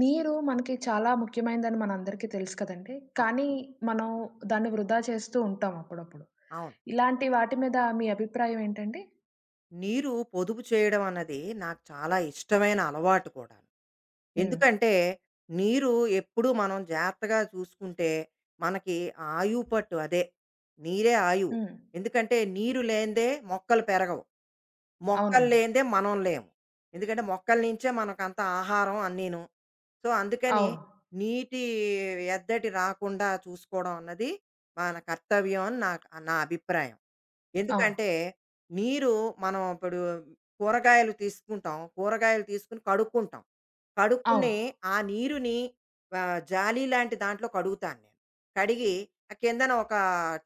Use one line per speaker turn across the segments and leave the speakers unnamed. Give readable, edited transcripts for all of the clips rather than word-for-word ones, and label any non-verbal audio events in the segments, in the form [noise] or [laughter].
నీరు మనకి చాలా ముఖ్యమైనదని మనందరికీ తెలుసు కదండీ.
అవును.
కానీ మనం దాన్ని వృధా చేస్తూ ఉంటాం అప్పుడప్పుడు.
అవును.
ఇలాంటి వాటి మీద మీ అభిప్రాయం ఏంటండి?
నీరు పొదుపు చేయడం అన్నది నాకు చాలా ఇష్టమైన అలవాటు కూడాను.
హ్మ్.
ఎందుకంటే, నీరు ఎప్పుడూ మనం జాగ్రత్తగా చూసుకుంటే, మనకి ఆయువు పట్టు అదే. నీరే ఆయువు.
హ్మ్.
ఎందుకంటే, నీరు లేనిదే మొక్కలు పెరగవు. మొక్కలు
అవునండి.
లేనిదే మనం లేము. ఎందుకంటే మొక్కల నుంచే మనకంతా ఆహారం అన్నీను. సో, అందుకని
అవును.
నీటి ఎద్దడి రాకుండా చూసుకోవడం అన్నది మన కర్తవ్యం అని నాకు నా అభిప్రాయం.
అవును.
ఎందుకంటే నీరు మనం ఇప్పుడు కూరగాయలు తీసుకుంటాం. కూరగాయలు తీసుకొని కడుక్కుంటాం.
అవును.
కడుక్కుని ఆ నీరుని జాలీ లాంటి దాంట్లో కడుగుతాను నేను. కడిగి ఆ కిందన ఒక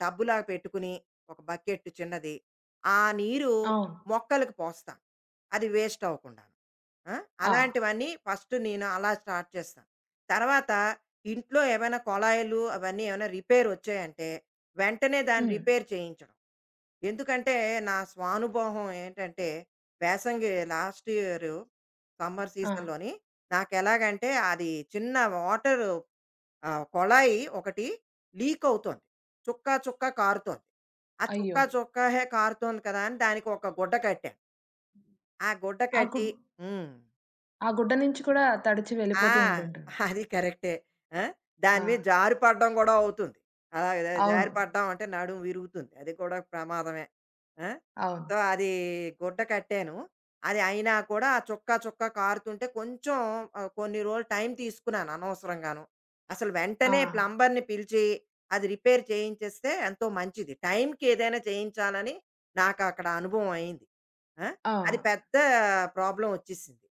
టబ్బులాగా పెట్టుకుని ఒక బకెట్ చిన్నది. ఆ నీరు
అవును.
మొక్కలకి పోస్తాను. అది వేస్ట్ అవ్వకుండాను. ఆ!
ఆ!
అలాంటివన్నీ ఫస్ట్ నేను అలా స్టార్ట్ చేస్తాను. తర్వాత ఇంట్లో ఏమైనా కుళాయిలు అవన్నీ ఏమైనా రిపేర్ వచ్చాయంటే, వెంటనే దాన్ని
హ్మ్.
రిపేర్ చేయించడం. ఎందుకంటే నా స్వానుభవం ఏంటంటే, వేసంగి లాస్ట్ ఇయరు సమ్మర్
ఆ!
సీజన్‌లోని నాకెలాగంటే అది చిన్న వాటరు కుళాయి ఒకటి లీక్ అవుతోంది. చుక్క చుక్క కారుతోంది. ఆ చుక్క
అయ్యో!
చుక్కహే కారుతోంది కదా! అని దానికి ఒక గుడ్డ కట్టాను. ఆ గుడ్డ
ఆ
కట్టి
గుడ్
ఉమ్.
ఆ గుడ్డ నుంచి కూడా తడిచి
ఆ!
వెళ్ళిపోతూ ఉంటుంటుంది.
అది కరెక్టే. ఆ!
ఆ!
దాని మీద జారిపడడం గూడా అవుతుంది. అలాగా
అవును.
జారిపడ్డాం అంటే నడుం విరుగుతుంది. అది కూడా ప్రమాదమే. ఆ!
అవును.
సో, అది గుడ్డ కట్టాను. అది అయినా కూడా ఆ చుక్క చుక్క కారుతుంటే కొంచెం కొన్ని రోజులు టైం తీసుకున్నాను అనవసరంగాను. అసలు
ఆ!
వెంటనే ప్లంబర్‌ని పిలిచి అది రిపేర్ చేయించేస్తే ఎంతో మంచిది. టైంకి ఏదైనా చేయించాలని నాకు అక్కడ అనుభవం అయింది. ఆ!
ఆ!
అది పెద్ద ప్రాబ్లమ్ వచ్చేసింది.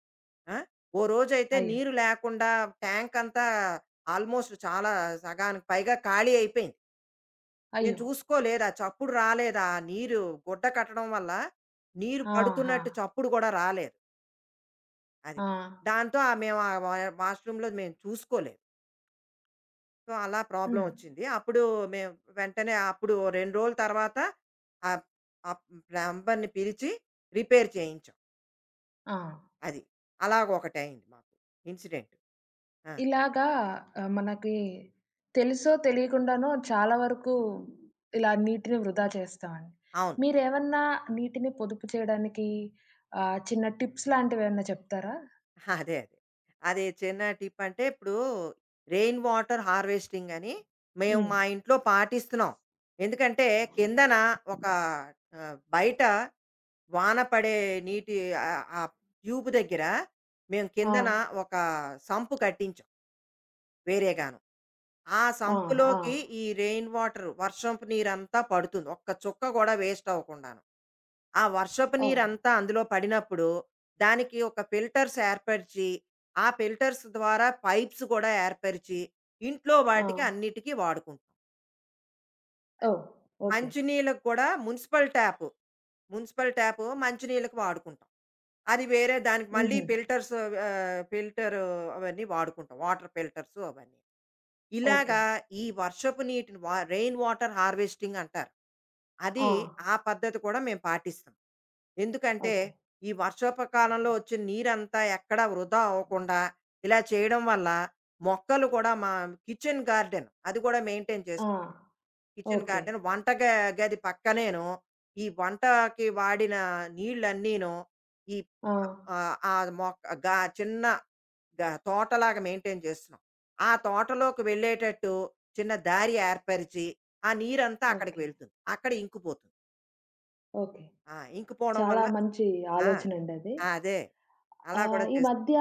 ఆ! ఓ రోజైతే
అయ్యో!
నీరు లేకుండా ట్యాంక్ అంతా ఆల్మోస్ట్ చాలా సగానికి పైగా ఖాళీ అయిపోయింది. నేను
అయ్యో!
చూసుకోలేదు. ఆ చప్పుడు రాలేదు. ఆ నీరు గుడ్డ కట్టడం వల్ల నీరు
ఆహా!
పడుతున్నట్టు చప్పుడు కూడా రాలేదు. అది.
ఆ!
దాంతో మేము ఆ వా వాష్‌రూమ్‌లో మేము చూసుకోలేదు. సో, అలా ప్రాబ్లమ్
హ్మ్.
వచ్చింది. అప్పుడు మేము వెంటనే అప్పుడు 2 రోజుల తర్వాత ఆహ్, ఆ ప్లంబర్‌ని పిలిచి రిపేర్ చేయించాం.
ఆ!
అది. అలాగ ఒకటయింది మాకు ఇన్సిడెంట్. ఆ!
ఇలాగా మనకి తెలుసో తెలియకుండానో చాలా వరకు ఇలా నీటిని వృధా చేస్తామండి.
అవును.
మీరేమన్నా నీటిని పొదుపు చేయడానికి చిన్న టిప్స్ లాంటివేమన్నా చెప్తారా?
అదే అదే. అది చిన్న టిప్ అంటే ఇప్పుడు రెయిన్ వాటర్ హార్వెస్టింగ్ అని మేము
హ్మ్.
మా ఇంట్లో పాటిస్తున్నాం. ఎందుకంటే కిందన ఒక బయట వాన పడే నీటి ఆ ట్యూబ్ దగ్గర మేము
ఆ!
కిందన ఒక సంపు కట్టించాం వేరేగాను. ఆ
ఆ! ఆ!
సంపులోకి ఈ రెయిన్ వాటర్ వర్షంపు నీరంతా పడుతుంది. ఒక్క చుక్క కూడా వేస్ట్ అవ్వకుండాను. ఆ వర్షపు
ఓ!
నీరంతా అందులో పడినప్పుడు, దానికి ఒక ఫిల్టర్స్ ఏర్పరిచి, ఆ ఫిల్టర్స్ ద్వారా పైప్స్ కూడా ఏర్పరిచి, ఇంట్లో
ఆ!
వాటికి అన్నిటికి వాడుకుంటాం.
ఓ! ఓకే.
మంచినీళ్ళకి కూడా మున్సిపల్ ట్యాప్, మున్సిపల్ ట్యాప్ మంచినీళ్ళకి వాడుకుంటాం. అది వేరే దానికి మళ్ళీ
హుహు.
ఫిల్టర్స్ ఫిల్టర్ అవన్నీ వాడుకుంటాం. వాటర్ ఫిల్టర్స్ అవన్నీ.
ఓకే.
ఇలాగా ఈ వర్షపు నీటిని రెయిన్ వాటర్ హార్వెస్టింగ్ అంటారు.
ఆ!
అది ఆ పద్ధతి కూడా మేము పాటిస్తాం. ఎందుకంటే,
ఓకే.
ఈ వర్షపు కాలంలో వచ్చే నీరంతా ఎక్కడా వృధా అవ్వకుండా ఇలా చేయడం వల్ల మొక్కలు కూడా మా కిచెన్ గార్డెన్ అది కూడా మెయింటైన్
ఆ!
చేస్తాం. Kitchen
okay.
గార్డెన్ వంట గ గది పక్కనేను ఈ వంటకి వాడిన నీళ్ళన్నీను ఈ
ఆ!
ఆ మొక్క గా చిన్న గా తోటలాగా మెయింటైన్ చేస్తున్నాం. ఆ తోటలోకి వెళ్ళేటట్టు చిన్న దారి ఏర్పరిచి, ఆ నీరంతా అక్కడికి
ఓకే.
వెళ్తుంది. అక్కడ ఇంకిపోతుంది.
ఓకే.
ఆ! ఇంకిపోవడం
చాలా
వల్ల
మంచి
ఆ!
ఆలోచనండది.
ఆ, అదే. అలా కూడా
ఈ మధ్య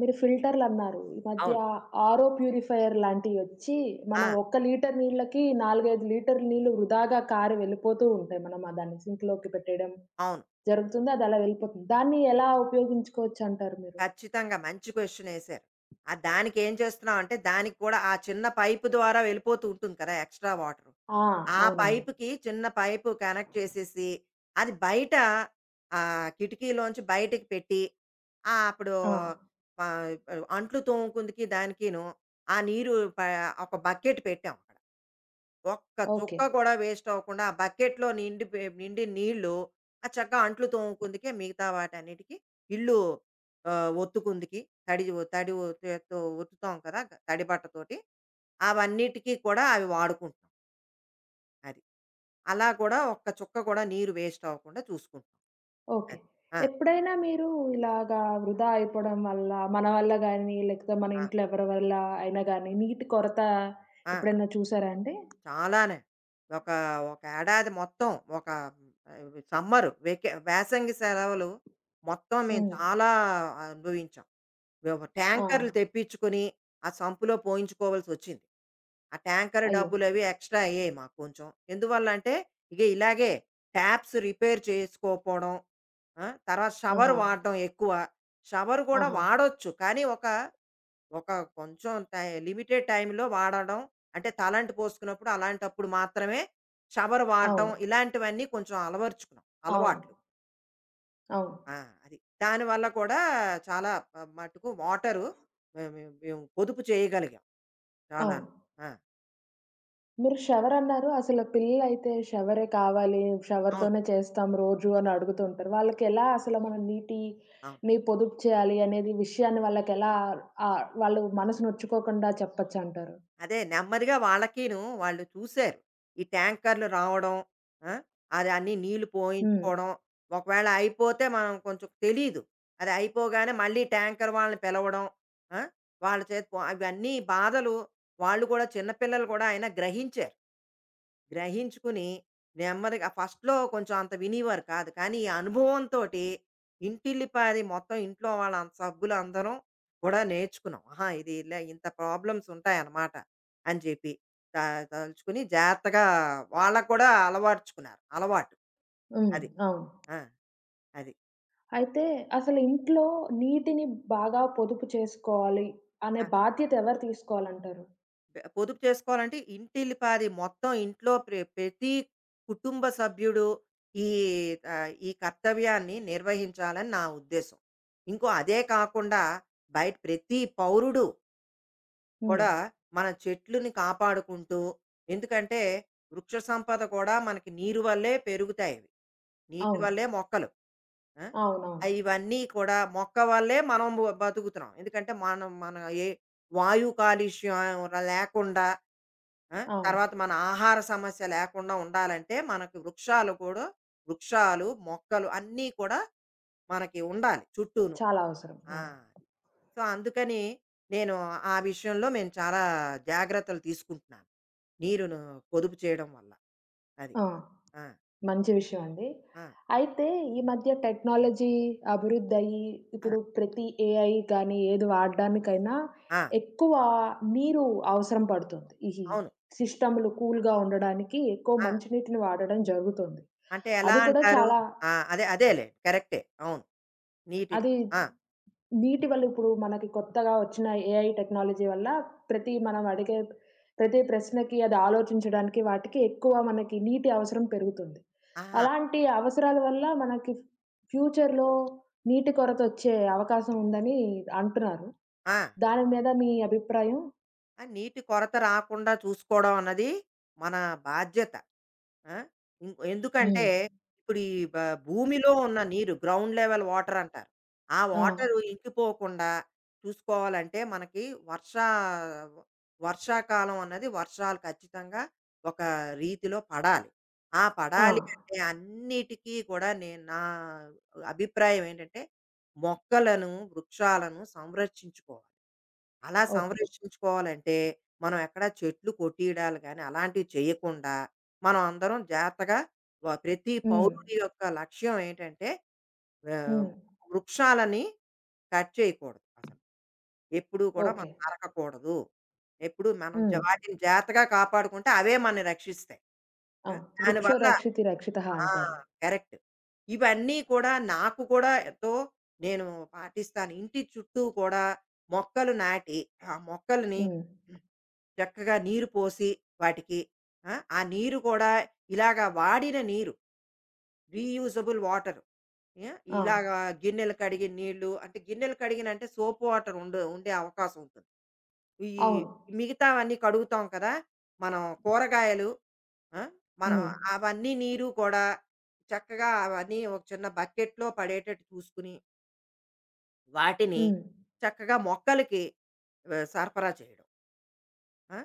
మీరు ఫిల్టర్‌లన్నారు. ఈ మధ్య
అవును.
ఆరో ప్యూరిఫైయర్ లాంటియొచ్చి,
ఆ!
మనం ఒక్క లీటర్ నీళ్ళకి 4, 5 లీటర్ల నీళ్ళు వృధాగా కారి వెళ్ళిపోతూ ఉంటాయి. మనం ఆ దాన్ని సింక్‌లోకి పెట్టేయడం
అవును.
జరుగుతుంది. అదలా వెళ్ళిపోతుంది. దాన్ని ఎలా ఉపయోగించుకోవచ్చంటారు మీరు?
ఖచ్చితంగా. మంచి క్వెషనేశారు. ఆ దానికేం చేస్తున్నాం అంటే, దానికి కూడా ఆ చిన్న పైపు ద్వారా వెళ్ళిపోతూ ఉంటుంది కదా! Extra water.
ఆ!
ఆ
అవునండి.
పైపుకి చిన్న పైపు కనెక్ట్ చేసేసి, అది బయట కిటికీలోంచి బయటకి పెట్టి, ఆ! అప్పుడు
ఆ!
ఆహ్, అంట్లు తోముకుందుకి దానికిను, ఆ నీరు ప ఒక బకెట్ పెట్టాం అక్కడ. ఒక్క
ఓకే.
చుక్క కూడా వేస్ట్ అవ్వకుండా ఆ బకెట్‌లో నిండిన నీళ్ళు, ఆ చక్కగా అంట్లు తోముకుందుకే మిగతా వాటన్నిటికి ఇల్లు ఒత్తుకుందికి తడి చేత్తో ఒత్తుతాం కదా! తడి బట్టతోటి. అవన్నిటికి కూడా అవి వాడుకుంటున్నాం. అది. అలా కూడా ఒక్క చుక్క కూడా నీరు వేస్ట్ అవ్వకుండా చూసుకుంటున్నాం.
ఓకే.
అది. ఆ!
ఎప్పుడైనా మీరు ఇలాగా వృధా అయిపోవడం వల్ల, మన వల్ల గాని, లేకపోతే మన
ఆ!
ఇంట్లో ఎవరి వల్ల అయినా గాని నీటి కొరత
ఆ!
ఎప్పుడైనా చూసారా అండి?
చాలానే. ఒక ఒక ఏడాది మొత్తం ఒక సమ్మరు వేకే వేసంగి సెలవులు మొత్తం మేము
హ్మ్.
చాలా అనుభవించాం.
ఆ!
ట్యాంకర్‌లు తెప్పించుకొని, ఆ సంపులో పోయించుకోవాల్సొచ్చింది. ఆ ట్యాంకర్
అయ్యో!
డబ్బులవి ఎక్స్‌ట్రా అయ్యాయి మాకు కొంచెం. ఎందువల్లంటే, ఇగ ఇలాగే ట్యాప్స్ రిపేర్ చేసుకోకపోవడం, ఆ! తర్వాత షవర్
ఆహా!
వాడడం ఎక్కువ. షవర్ కూడా
ఆహా!
వాడొచ్చు, కానీ ఒక, ఒక కొంచెం లిమిటెడ్ టైమ్‌లో వాడడం. అంటే తలంటు పోసుకున్నప్పుడు అలాంటప్పుడు మాత్రమే షవర్ వాడడం,
అవును.
ఇలాంటివన్నీ కొంచెం అలవరుచుకున్నాం
అవును.
అలవాట్లు.
అవును.
ఆ! అది. దానివల్ల కూడా చాలా మట్టుకు వాటరు మే మే మేము పొదుపు చేయగలిగాం చాలాను.
అవును.
ఆ!
మీరు షవరన్నారు. అసలు పిల్లలైతే షవరే కావాలి.
అవును.
షవర్‌తోనే చేస్తాం రోజు అని అడుగుతూ ఉంటారు. వాళ్ళకెలా అసలు మనం
అవును.
నీటిని పొదుపు చేయాలి అనేది విషయాన్ని వాళ్ళకెలా వాళ్ళు మనసు నొచ్చుకోకుండా చెప్పొచ్చంటారు?
అదే నెమ్మదిగా వాళ్ళకీను వాళ్ళు చూసారు. ఈ ట్యాంకర్‌లు రావడం, ఆ! అది అన్నీ నీళ్లు
హ్మ్.
పోయించుకోవడం, ఒకవేళ అయిపోతే మనం కొంచెం తెలీదు. అది అయిపోగానే మళ్ళీ ట్యాంకర్ వాళ్ళని పిలవడం, ఆ! వాళ్ళ చేత అవన్నీ బాధలు వాళ్ళు కూడా చిన్న పిల్లలు కూడా అయినా గ్రహించారు. గ్రహించుకుని నెమ్మదిగా ఫస్ట్‌లో కొంచెం అంత వినేవారు కాదు. కానీ, ఈ అనుభవంతోటి ఇంటిల్లిపాది మొత్తం ఇంట్లో వాళ్ళ సభ్యులందరం కూడా నేర్చుకున్నాం. ఆహా! ఇది ఇలా ఇంత ప్రాబ్లమ్స్ ఉంటాయన్నమాట అని చెప్పి. త తలుచుకుని జాగ్రత్తగా వాళ్ళకి కూడా అలవర్చుకున్నారు. అలవాటు.
హ్మ్.
అది.
అవును.
ఆ! అది.
అయితే అసలు ఇంట్లో నీటిని బాగా పొదుపు చేసుకోవాలి అనే
ఆ!
బాధ్యత ఎవరు తీసుకోవాలంటారు?
పొదుపు చేసుకోవాలంటే ఇంటిల్లిపాది మొత్తం ఇంట్లో ప్రతి కుటుంబ సభ్యుడు ఈ ఈ కర్తవ్యాన్ని నిర్వహించాలని నా ఉద్దేశం. ఇంకో అదే కాకుండా బయట ప్రతి పౌరుడు
హ్మ్.
కూడా మన చెట్లుని కాపాడుకుంటూ ఎందుకంటే వృక్ష సంపద కూడా మనకి నీరు వల్లే పెరుగుతాయవి. నీటి
అవును.
వల్లే మొక్కలు. ఆ!
అవునవును.
ఇవన్నీ కూడా మొక్క వల్లే మనం బతుకుతున్నాం. ఎందుకంటే మనం మన ఏ వాయు కాలుష్యం లేకుండా ఆ!
అవును.
తర్వాత మన ఆహార సమస్య లేకుండా ఉండాలంటే మనకు వృక్షాలు కూడా వృక్షాలు, మొక్కలు అన్నీ కూడా మనకి ఉండాలి చుట్టూను.
చాలా అవసరం.
ఆ!
అవును.
సో, అందుకని నేను ఆ విషయంలో మేము చాలా జాగ్రత్తలు తీసుకుంటున్నాను. నీరును పొదుపు చేయడం వల్ల. అది.
ఆ!
ఆ!
మంచి విషయం అండి.
ఆ!
అయితే ఈ మధ్య టెక్నాలజీ అభివృద్ధయ్యి,
ఆ!
ఇప్పుడు ప్రతి ఏఐ కానీ, ఏది వాడడానికైనా
ఆ!
ఎక్కువ నీరు అవసరం పడుతుంది. ఈ
అవును.
సిస్టమ్‌లు కూల్‌గా ఉండడానికి ఎక్కువ
ఆ!
మంచినీటిని వాడడం జరుగుతుంది.
అంటే ఎలా
అది కూడా
అంటారు?
చాలా
ఆ! అదేలే కరెక్టే. అవును. నీటి
అది
ఆ!
నీటి వల్ల ఇప్పుడు మనకి కొత్తగా వచ్చిన ఏఐ టెక్నాలజీ వల్ల ప్రతి మనం అడిగే ప్రతి ప్రశ్నకి అది ఆలోచించడానికి వాటికి ఎక్కువ మనకి నీటి అవసరం పెరుగుతుంది.
ఆహా!
అలాంటి అవసరాల వల్ల మనకి ఫ్యూచర్‌లో నీటి కొరత వచ్చే అవకాశం ఉందని అంటున్నారు.
ఆ!
దాని మీద మీ అభిప్రాయం?
ఆ! నీటి కొరత రాకుండా చూసుకోవడం అన్నది మన బాధ్యత. ఆ! ఎందుకంటే,
హ్మ్.
ఇప్పుడు ఈ భూమిలో ఉన్న నీరు గ్రౌండ్ లెవెల్ వాటర్ అంటారు. ఆ
ఆ!
వాటరు ఇంకిపోకుండా చూసుకోవాలంటే మనకి వర్షా వర్షాకాలం అన్నది వర్షాలు ఖచ్చితంగా ఒక రీతిలో పడాలి. ఆ
ఆ!
పడాలి అంటే అన్నిటికీ కూడా నేను నా అభిప్రాయం ఏంటంటే, మొక్కలను, వృక్షాలను సంరక్షించుకోవాలి. అలా
ఓకే.
సంరక్షించుకోవాలంటే మనం ఎక్కడా చెట్లు కొట్టియడాలు కానీ అలాంటివి చేయకుండా మనం అందరం జాగ్రత్తగా ప్రతి
హ్మ్.
పౌరుడి యొక్క లక్ష్యం ఏంటంటే ఆ,
హ్మ్.
వృక్షాలని కట్ చేయకూడదు అసలు ఎప్పుడూ కూడా
ఓకే.
మనం నరకకూడదు ఎప్పుడు మనం
హ్మ్.
వాటిని జాగ్రత్తగా కాపాడుకుంటే అవే మనని రక్షిస్తాయి
ఆ!
ఆ,
వృక్షో
దానివల్ల
రక్షితి రక్షితః
ఆ!
అంటారు.
కరెక్ట్. ఇవన్నీ కూడా నాకు కూడా ఎంతో నేను పాటిస్తాను. ఇంటి చుట్టూ కూడా మొక్కలు నాటి, ఆ మొక్కలని
హ్మ్.
చక్కగా నీరు పోసి వాటికి ఆ! ఆ నీరు కూడా ఇలాగ వాడిన నీరు రీయూజబుల్ వాటర్. యాహ్!
ఆ!
ఇలాగ గిన్నెలు కడిగిన నీళ్ళు అంటే గిన్నెలు కడిగిన అంటే సోప్ వాటర్ ఉండే అవకాశం ఉంటుంది. ఈ
అవును.
మిగతావన్నీ కడుగుతాం కదా! మనం కూరగాయలు ఆ! మనం
హ్మ్.
అవన్నీ నీరు కూడా చక్కగా అవన్నీ ఒక చిన్న బకెట్‌లో పడేటట్టు చూసుకుని, వాటిని
హ్మ్.
చక్కగా మొక్కలకి సరఫరా చేయడం. ఆ!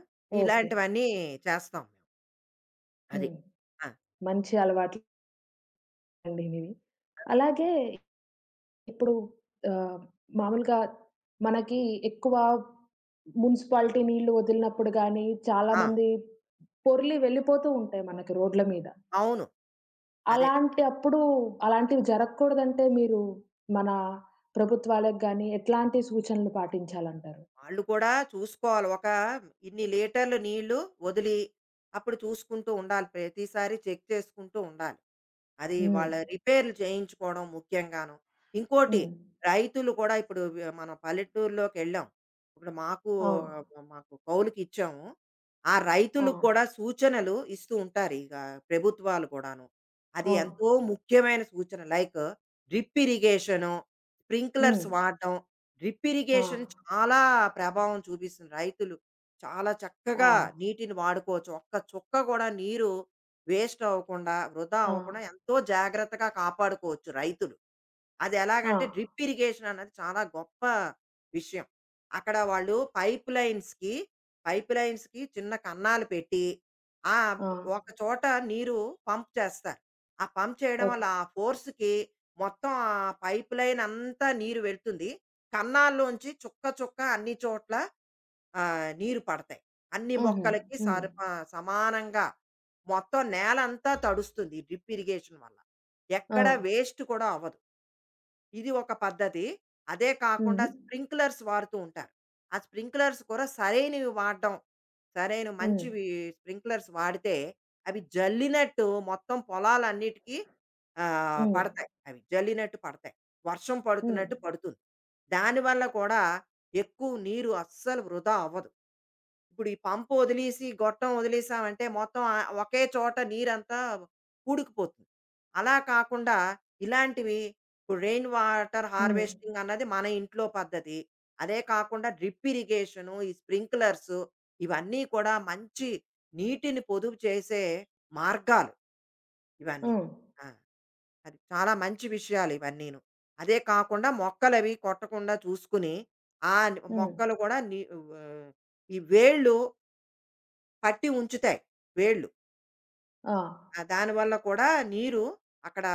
ఓకే.
ఇలాంటివన్నీ చేస్తాం మేము. అది.
హ్మ్.
ఆ!
మంచి అలవాట్లండి మీవి.
ఆ!
అలాగే ఇప్పుడు ఆహ్, మామూలుగా మనకి ఎక్కువ మున్సిపాలిటీ నీళ్లు వదిలినప్పుడు గానీ,
ఆ!
చాలామంది పొర్లి వెళ్ళిపోతూ ఉంటాయి మనకి రోడ్ల మీద.
అవును. అదే.
అలాంటి అప్పుడు అలాంటివి జరగకూడదంటే మీరు మన ప్రభుత్వాలకు గానీ, ఎట్లాంటి సూచనలు పాటించాలంటారు?
వాళ్ళు కూడా చూసుకోవాలి. ఒక ఇన్ని లీటర్లు నీళ్లు వదిలి, అప్పుడు చూసుకుంటూ ఉండాలి. ప్రతిసారి చెక్ చేసుకుంటూ ఉండాలి. అది
హ్మ్.
వాళ్ళ రిపేర్లు చేయించుకోవడం ముఖ్యంగాను. ఇంకోటి
హ్మ్.
రైతులు కూడా ఇప్పుడు మనం పల్లెటూరులోకెళ్ళాం. ఇప్పుడు మాకు
అవును.
మాకు కౌలుకిచ్చాము. ఆ
ఆ!
రైతులకు కూడా సూచనలు ఇస్తూ ఉంటారు ఇగ ప్రభుత్వాలు కూడాను. అది
అవును.
ఎంతో ముఖ్యమైన సూచన. లైక్ డ్రిప్ ఇరిగేషను,
హ్మ్.
స్ప్రింక్లర్స్ వాడడం. డ్రిప్
ఆ!
ఇరిగేషన్ చాలా ప్రభావం చూపిస్తుంది. రైతులు చాలా
ఆ!
చక్కగా నీటిని వాడుకోవచ్చు. ఒక్క చుక్క కూడా నీరు వేస్ట్ అవ్వకుండా, వృధా
ఆ!
అవ్వకుండా ఎంతో జాగ్రత్తగా కాపాడుకోవచ్చు రైతులు. అది
ఆ!
ఎలాగంటే డ్రిప్ ఇరిగేషన్ అన్నది చాలా గొప్ప విషయం. అక్కడ వాళ్ళు పైప్ లైన్స్‌కి, పైప్ లైన్స్‌కి చిన్న కన్నాలు పెట్టి, ఆ!
ఆ!
ఒక చోట నీరు పంప్ చేస్తారు. ఆ పంప్ చేయడం
ఓహ్!
వల్ల ఆ ఫోర్స్‌కి మొత్తం ఆ పైప్ లైన్ అంతా నీరు వెళ్తుంది. కన్నాల్లోంచి చుక్క చుక్క అన్ని చోట్ల నీరు పడతాయి. అన్ని
హుహు.
మొక్కలకి
హ్మ్.
సమానంగా మొత్తం నేలంతా తడుస్తుంది. ఈ డ్రిప్ ఇరిగేషన్ వల్ల.
ఆ!
ఎక్కడ వేస్ట్ కూడా అవ్వదు. ఇది ఒక పద్ధతి. అదే కాకుండా
హ్మ్.
స్ప్రింక్లర్స్ వాడుతూ ఉంటారు. ఆ స్ప్రింక్లర్స్ కూడా సరైనవి వాడడం. సరైన
హ్మ్.
మంచివి స్ప్రింక్లర్స్ వాడితే అవి జల్లినట్టు మొత్తం పొలాలన్నిటికీ
హ్మ్.
పడతాయి. అవి జల్లినట్టు పడతాయి. వర్షం
హ్మ్.
పడుతున్నట్టు పడుతుంది. దానివల్ల కూడా ఎక్కువ నీరు అస్సలు వృధా అవ్వదు. ఇప్పుడు ఈ పంప్ వదిలేసి, గొట్టం వదిలేసామంటే మొత్తం ఒకే చోట నీరంతా కూడుకుపోతుంది. అలా కాకుండా ఇలాంటివి ఇప్పుడు రెయిన్ వాటర్
హ్మ్.
హార్వెస్టింగ్ అన్నది మన ఇంట్లో పద్ధతి. అదే కాకుండా డ్రిప్ ఇరిగేషను, ఈ స్ప్రింక్లర్సు ఇవన్నీ కూడా మంచి నీటిని పొదుపు చేసే మార్గాలు ఇవన్నీను.
హ్మ్.
ఆ! అది చాలా మంచి విషయాలు ఇవన్నీను. అదే కాకుండా మొక్కలవి కొట్టకుండా చూసుకుని, ఆ
హ్మ్.
మొక్కలు కూడా ఈ వేళ్ళు పట్టి ఉంచుతాయి వేళ్ళు.
ఆ!
ఆ! దానివల్ల కూడా నీరు అక్కడ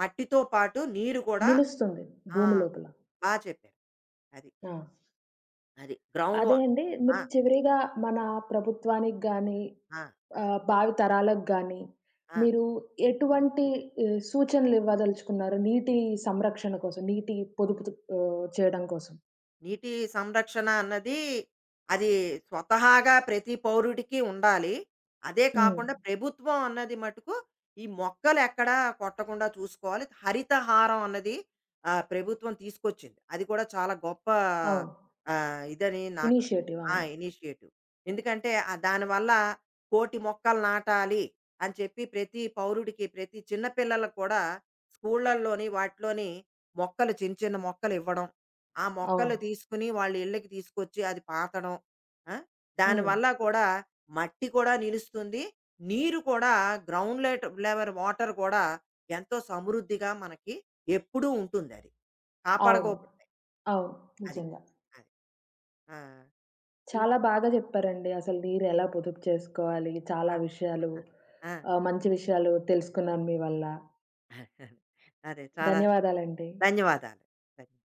మట్టితో పాటు నీరు కూడా
నిలుస్తుంది
ఆ!
భూమి లోపల.
బా చెప్పారు. అది.
ఆ!
అది. గ్రౌండ్
అదే
వా
అండి
ఆ!
మీరు చివరిగా మన ప్రభుత్వానికి గాని,
ఆ!
భావి తరాలకు గాని
ఆ!
మీరు ఎటువంటి సూచనలు ఇవ్వదలుచుకున్నారు? నీటి సంరక్షణ కోసం, నీటి పొదుపు చేయడం కోసం.
నీటి సంరక్షణ అన్నది అది స్వతహాగా ప్రతి పౌరుడికి ఉండాలి. అదే
హ్మ్.
కాకుండా ప్రభుత్వం అన్నది మటుకు ఈ మొక్కలు ఎక్కడా కొట్టకుండా చూసుకోవాలి. హరితహారం అన్నది ప్రభుత్వం తీసుకొచ్చింది. అది కూడా చాలా గొప్ప
అవును.
ఇదని నాకు
ఇనిషియేటివ్
ఆ!
అవును.
ఇనిషియేటివ్. ఎందుకంటే దానివల్ల 1,00,00,000 మొక్కలు నాటాలి అని చెప్పి ప్రతి పౌరుడికి, ప్రతి చిన్న పిల్లలకు కూడా స్కూళ్ళల్లోని వాటిలోని మొక్కలు చిన్న చిన్న మొక్కలు ఇవ్వడం. ఆ
అవును.
మొక్కలు తీసుకుని వాళ్ళ ఇళ్ళకి తీసుకొచ్చి అది పాతడం. ఆ!
హ్మ్.
దానివల్ల కూడా మట్టి కూడా నిలుస్తుంది. నీరు కూడా గ్రౌండ్ లెవెల్ వాటర్ కూడా ఎంతో సమృద్ధిగా మనకి ఎప్పుడూ ఉంటుందది.
అవును.
కాపాడుకోబట్టే.
అవును.
అది.
నిజంగా.
అది. ఆ! ఇం
చాలా బాగా చెప్పారండి. అసలు నీరెలా పొదుపు చేసుకోవాలి? చాలా
ఆ!
విషయాలు
[laughs] ఆ!
మంచి విషయాలు తెలుసుకున్నాను మీ వల్ల.
అదే. చాలా
ధన్యవాదాలండి.
ధన్యవాదాలు. ధన్య